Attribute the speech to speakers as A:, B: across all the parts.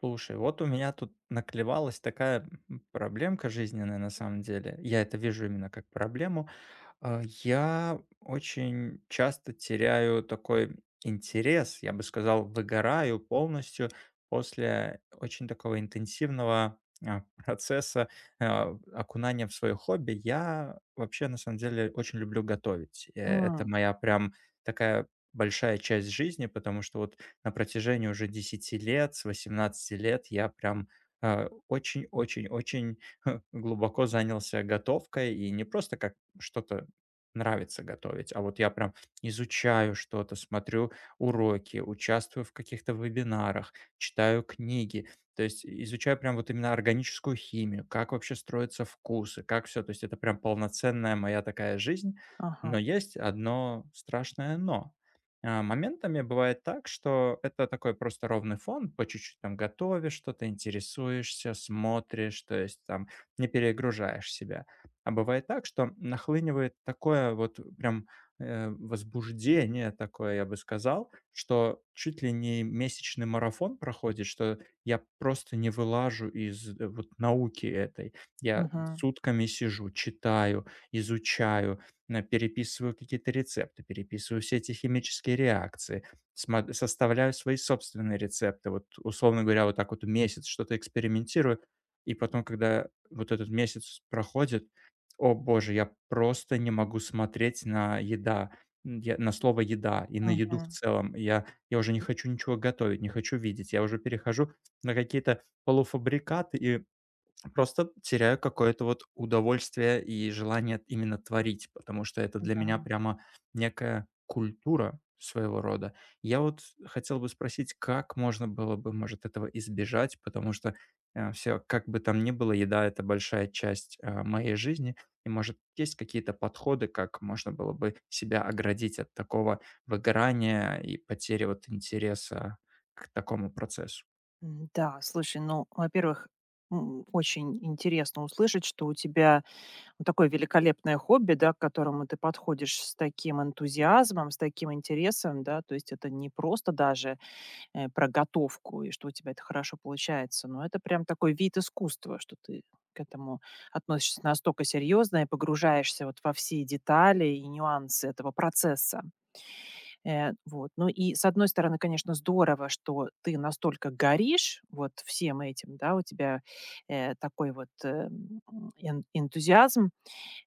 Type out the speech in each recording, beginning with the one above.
A: Слушай, вот у меня тут наклевалась такая проблемка жизненная на самом деле. Я это вижу именно как проблему. Я очень часто теряю такой интерес, я бы сказал, выгораю полностью после очень такого интенсивного, процесса, окунания в свое хобби. Я вообще, на самом деле, очень люблю готовить. Это
B: М,
A: моя прям такая большая часть жизни, потому что вот на протяжении уже 10 лет, с 18 лет я прям, очень глубоко занялся готовкой. И не просто как что-то нравится готовить. А вот я прям изучаю что-то, смотрю уроки, участвую в каких-то вебинарах, читаю книги. То есть изучаю прям вот именно органическую химию, как вообще строятся вкусы, как все. То есть это прям полноценная моя такая жизнь.
B: ага,
A: Но есть одно страшное но. Моментами бывает так, что это такой просто ровный фон, по чуть-чуть там готовишь что-то, интересуешься, смотришь, то есть там не перегружаешь себя. А бывает так, что нахлынивает такое вот прям, возбуждение такое, я бы сказал, что чуть ли не месячный марафон проходит, что я просто не вылажу из вот науки этой. Я
B: мгм,
A: сутками сижу, читаю, изучаю, на переписываю какие-то рецепты, переписываю все эти химические реакции, смо составляю свои собственные рецепты. Вот, условно говоря, вот так вот месяц что-то экспериментирую, и потом, когда вот этот месяц проходит, о боже, я просто не могу смотреть на еда, м, я на слово "еда" и на еду в
B: мгм,
A: целом. Я уже не хочу ничего готовить, не хочу видеть. Я уже перехожу на какие-то полуфабрикаты и просто теряю какое-то вот удовольствие и желание именно творить, потому что это для меня
B: да.
A: прямо некая культура своего рода. Я вот хотел бы спросить, как можно было бы, может, этого избежать, потому что все, как бы там ни было, еда это большая часть моей жизни, и, может, есть какие-то подходы, как можно было бы себя оградить от такого выгорания и потери вот интереса к такому процессу.
B: М-да, слушай, ну, во-первых, очень интересно услышать, что у тебя вот такое великолепное хобби, да, к которому ты подходишь с таким энтузиазмом, с таким интересом, да. То есть это не просто даже, про готовку и что у тебя это хорошо получается, но это прям такой вид искусства, что ты к этому относишься настолько серьезно и погружаешься вот во все детали и нюансы этого процесса. Вот. Ну и, с одной стороны, конечно, здорово, что ты настолько горишь вот всем этим, да, у тебя, такой вот, эн энтузиазм,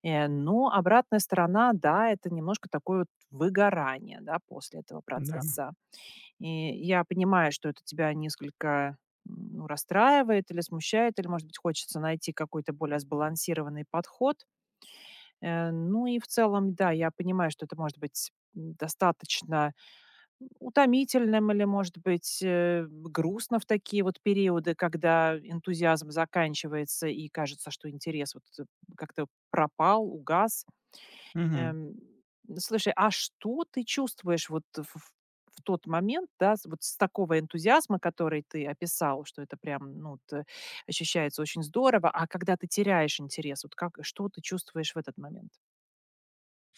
B: но обратная сторона, да, это немножко такое вот выгорание, да, после этого
A: Да.
B: процесса. И я понимаю, что это тебя несколько, ну, расстраивает или смущает, или, может быть, хочется найти какой-то более сбалансированный подход. Ну и в целом, да, я понимаю, что это может быть, достаточно утомительным или, может быть, грустно в такие вот периоды, когда энтузиазм заканчивается и кажется, что интерес вот как-то пропал, угас.
A: Мгм.
B: Эм, слушай, а что ты чувствуешь в тот момент, да, вот с такого энтузиазма, который ты описал, что это прям, ну, вот, ощущается очень здорово, а когда ты теряешь интерес, вот как, что ты чувствуешь в этот момент?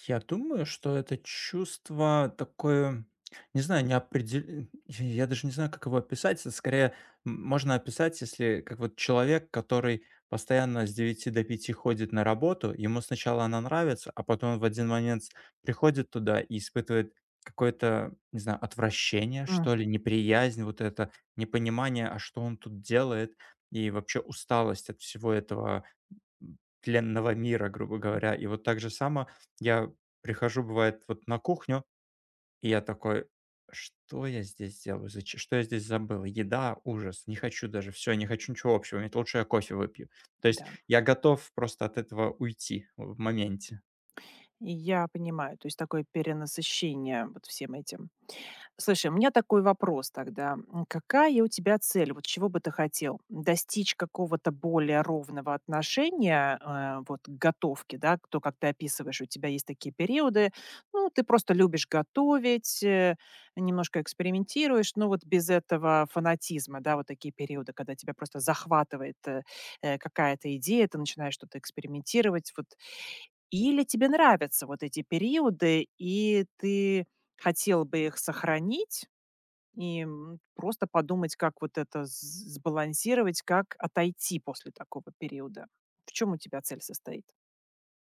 A: Я думаю, что это чувство такое, не знаю, неопредел я даже не знаю, как его описать. Это скорее можно описать, если как вот человек, который постоянно с 9 до 5 ходит на работу, ему сначала она нравится, а потом он в один момент приходит туда и испытывает какое-то, не знаю, отвращение,
B: Мгм.
A: что ли, неприязнь, вот это непонимание, а что он тут делает, и вообще усталость от всего этого тленного мира, грубо говоря. И вот так же само я прихожу, бывает, вот на кухню, и я такой: "Что я здесь делаю? Зач что я здесь забыл? Еда- ужас, не хочу даже, все, не хочу ничего общего иметь, лучше я кофе выпью". То есть
B: Да,
A: я готов просто от этого уйти в моменте.
B: и я понимаю, то есть такое перенасыщение вот всем этим. Слушай, у меня такой вопрос тогда. Какая у тебя цель? Вот чего бы ты хотел? Достичь какого-то более ровного отношения вот к готовке, да, то, как ты описываешь, у тебя есть такие периоды, ну, ты просто любишь готовить, немножко экспериментируешь, но вот без этого фанатизма, да, вот такие периоды, когда тебя просто захватывает какая-то идея, ты начинаешь что-то экспериментировать, вот. Или тебе нравятся вот эти периоды, и ты хотел бы их сохранить, и, просто подумать, как вот это с сбалансировать, как отойти после такого периода. В чем у тебя цель состоит?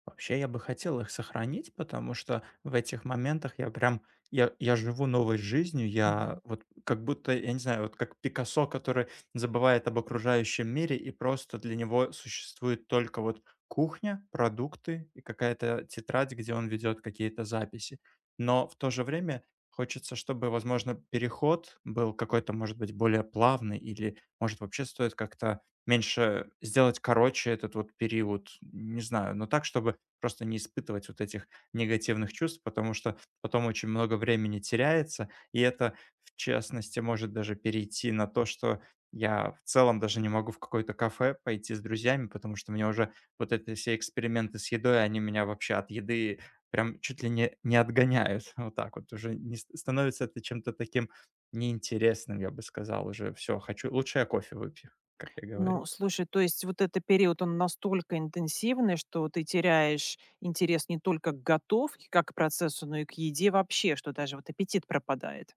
A: Вообще, я бы хотел их сохранить, потому что в этих моментах я прям, я живу новой жизнью, я
B: Мгм.
A: вот как будто, я не знаю, вот как Пикассо, который забывает об окружающем мире, и просто для него существует только вот кухня, продукты и какая-то тетрадь, где он ведет какие-то записи. Но в то же время хочется, чтобы, возможно, переход был какой-то, может быть, более плавный, или, может, вообще стоит как-то меньше сделать короче этот вот период, не знаю, но так, чтобы просто не испытывать вот этих негативных чувств, потому что потом очень много времени теряется, и это, в частности, может даже перейти на то, что я в целом даже не могу в какое-то кафе пойти с друзьями, потому что мне уже вот эти все эксперименты с едой, они меня вообще от еды прям чуть ли не, не отгоняют. Вот так вот уже не ст- становится это чем-то таким неинтересным, я бы сказал уже. Все, хочу, лучше я кофе выпью, как я говорю.
B: Ну, слушай, то есть вот этот период, он настолько интенсивный, что ты теряешь интерес не только к готовке как к процессу, но и к еде вообще, что даже вот аппетит пропадает.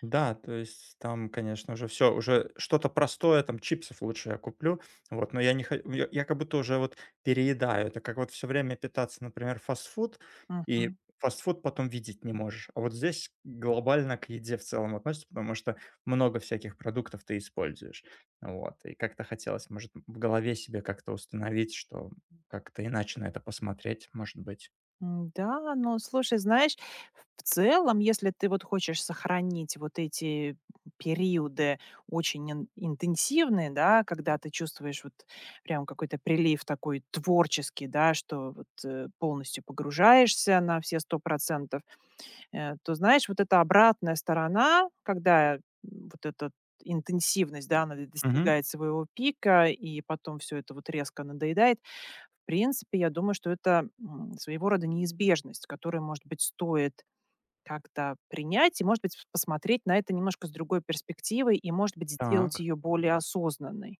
A: Да, то есть там, конечно, уже все, уже что-то простое, там чипсов лучше я куплю, вот, но я не хочу, я как будто уже вот переедаю. Это как вот все время питаться, например, фастфуд, и
B: Мгм.
A: фастфуд потом видеть не можешь. А вот здесь глобально к еде в целом относится, потому что много всяких продуктов ты используешь. Вот, и как-то хотелось, может, в голове себе как-то установить, что как-то иначе на это посмотреть, может быть.
B: Да, но слушай, знаешь, в целом, если ты вот хочешь сохранить вот эти периоды очень интенсивные, да, когда ты чувствуешь вот прям какой-то прилив такой творческий, да, что вот полностью погружаешься на все сто процентов. То, знаешь, вот эта обратная сторона, когда вот эта интенсивность, да, она д
A: Мгм.
B: достигает своего пика, и потом все это вот резко надоедает. В принципе, я думаю, что это, своего рода неизбежность, которую, может быть, стоит как-то принять и, может быть, посмотреть на это немножко с другой перспективой и, может быть, сделать
A: Так.
B: ее более осознанной.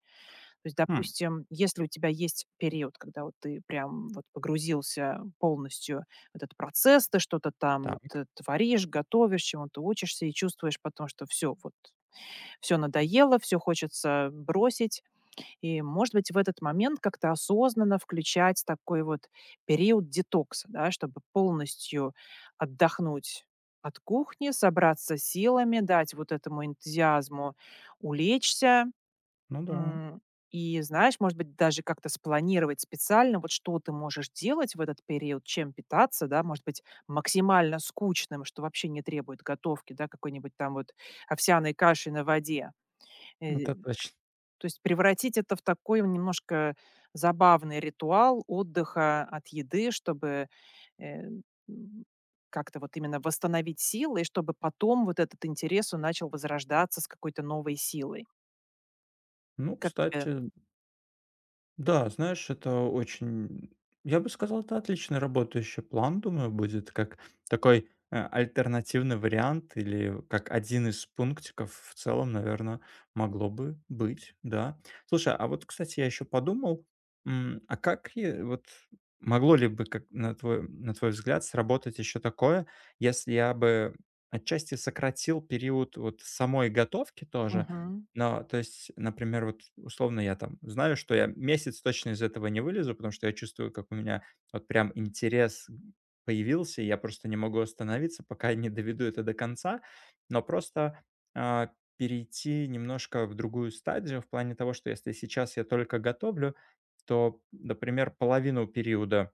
B: То есть,
A: Хм.
B: допустим, если у тебя есть период, когда вот ты прям вот погрузился полностью в этот процесс, ты что-то там вот
A: Так,
B: э, творишь, готовишь, чему-то учишься и чувствуешь потом, что все, вот, все надоело, все хочется бросить. И, может быть, в этот момент как-то осознанно включать такой вот период детокса, да, чтобы полностью отдохнуть от кухни, собраться силами, дать вот этому энтузиазму улечься.
A: ну да,
B: М, и знаешь, может быть, даже как-то спланировать специально, вот что ты можешь делать в этот период, чем питаться, да, может быть, максимально скучным, что вообще не требует готовки, да, какой-нибудь там вот овсяной каши на воде. Э,
A: это точно.
B: То есть превратить это в такой немножко забавный ритуал отдыха от еды, чтобы э, м, как-то вот именно восстановить силы, и чтобы потом вот этот интерес, он начал возрождаться с какой-то новой силой.
A: Ну,
B: Как тебе?
A: кстати, да, знаешь, это очень, я бы сказал, это отличный работающий план, думаю, будет как такой альтернативный вариант или как один из пунктиков в целом, наверное, могло бы быть, да. Слушай, а вот, кстати, я еще подумал, а как вот могло ли бы, как на твой взгляд, сработать еще такое, если я бы отчасти сократил период вот самой готовки тоже,
B: Мгм.
A: но, то есть, например, вот условно я там знаю, что я месяц точно из этого не вылезу, потому что я чувствую, как у меня вот прям интерес появился, и я просто не могу остановиться, пока не доведу это до конца, но просто а, перейти немножко в другую стадию в плане того, что если сейчас я только готовлю, то, например, половину периода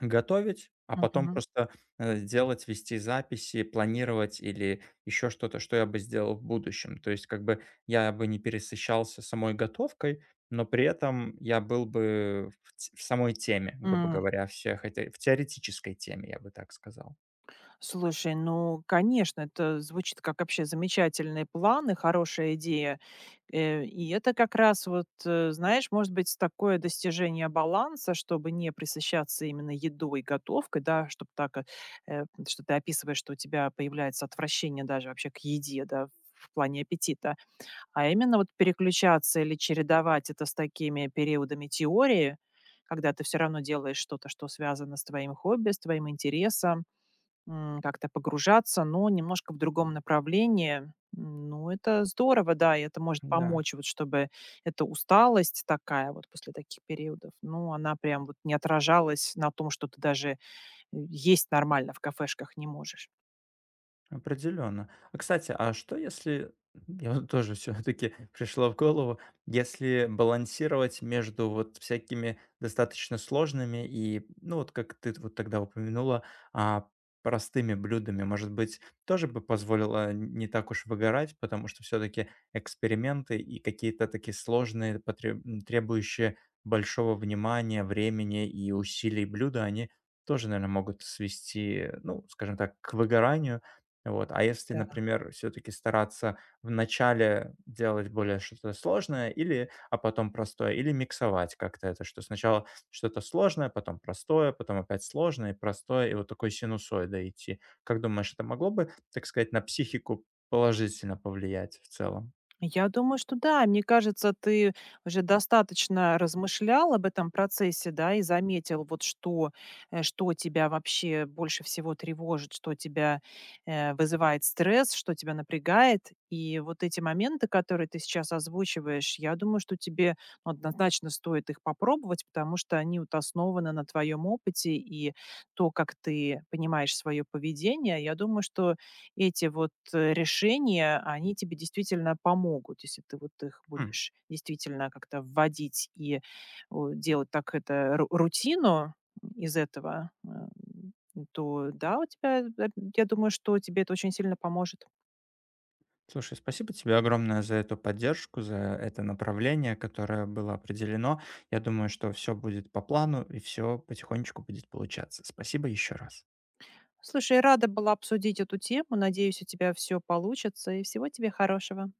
A: готовить, а потом
B: Мгм.
A: просто, делать, вести записи, планировать или еще что-то, что я бы сделал в будущем. То есть как бы я бы не пересыщался самой готовкой, но при этом я был бы в самой теме, грубо
B: М,
A: говоря, всех этой в теоретической теме, я бы так сказал.
B: Слушай, ну, конечно, это звучит как вообще замечательные планы, хорошая идея. И это как раз вот, знаешь, может быть, такое достижение баланса, чтобы не присыщаться именно едой, готовкой, да, чтобы так, что ты описываешь, что у тебя появляется отвращение даже вообще к еде, да, в плане аппетита, а именно вот переключаться или чередовать это с такими периодами теории, когда ты все равно делаешь что-то, что связано с твоим хобби, с твоим интересом. Как-то погружаться, но немножко в другом направлении. Ну, это здорово, да, и это может
A: Да.
B: помочь, вот чтобы эта усталость такая вот после таких периодов, ну, она прям вот не отражалась на том, что ты даже, есть нормально в кафешках не можешь.
A: Определенно. А, кстати, а что если я вот тоже все таки пришло в голову, если балансировать между вот всякими достаточно сложными и, ну, вот как ты вот тогда упомянула, а, простыми блюдами, может быть, тоже бы позволило не так уж выгорать, потому что все таки эксперименты и какие-то такие сложные, требующие большого внимания, времени и усилий блюда, они тоже, наверное, могут свести, ну, скажем так, к выгоранию. Вот. А если,
B: Да.
A: например, все-таки стараться вначале делать более что-то сложное, или, а потом простое, или миксовать как-то это, что сначала что-то сложное, потом простое, потом опять сложное и простое, и вот такой синусоидой идти. Как думаешь, это могло бы, так сказать, на психику положительно повлиять в целом?
B: Я думаю, что да. Мне кажется, ты уже достаточно размышлял об этом процессе, да, и заметил, вот что, что тебя вообще больше всего тревожит, что тебя вызывает стресс, что тебя напрягает. И вот эти моменты, которые ты сейчас озвучиваешь, я думаю, что тебе ну, однозначно стоит их попробовать, потому что они вот основаны на твоем опыте и то, как ты понимаешь свое поведение. Я думаю, что эти решения, они тебе действительно помогут, если ты вот их
A: М.
B: будешь действительно как-то вводить и, делать так это ру рутину из этого, то да, у тебя, я думаю, что тебе это очень сильно поможет.
A: Слушай, спасибо тебе огромное за эту поддержку, за это направление, которое было определено. Я думаю, что все будет по плану и все потихонечку будет получаться. Спасибо еще раз.
B: Слушай, рада была обсудить эту тему. Надеюсь, у тебя все получится, и всего тебе хорошего.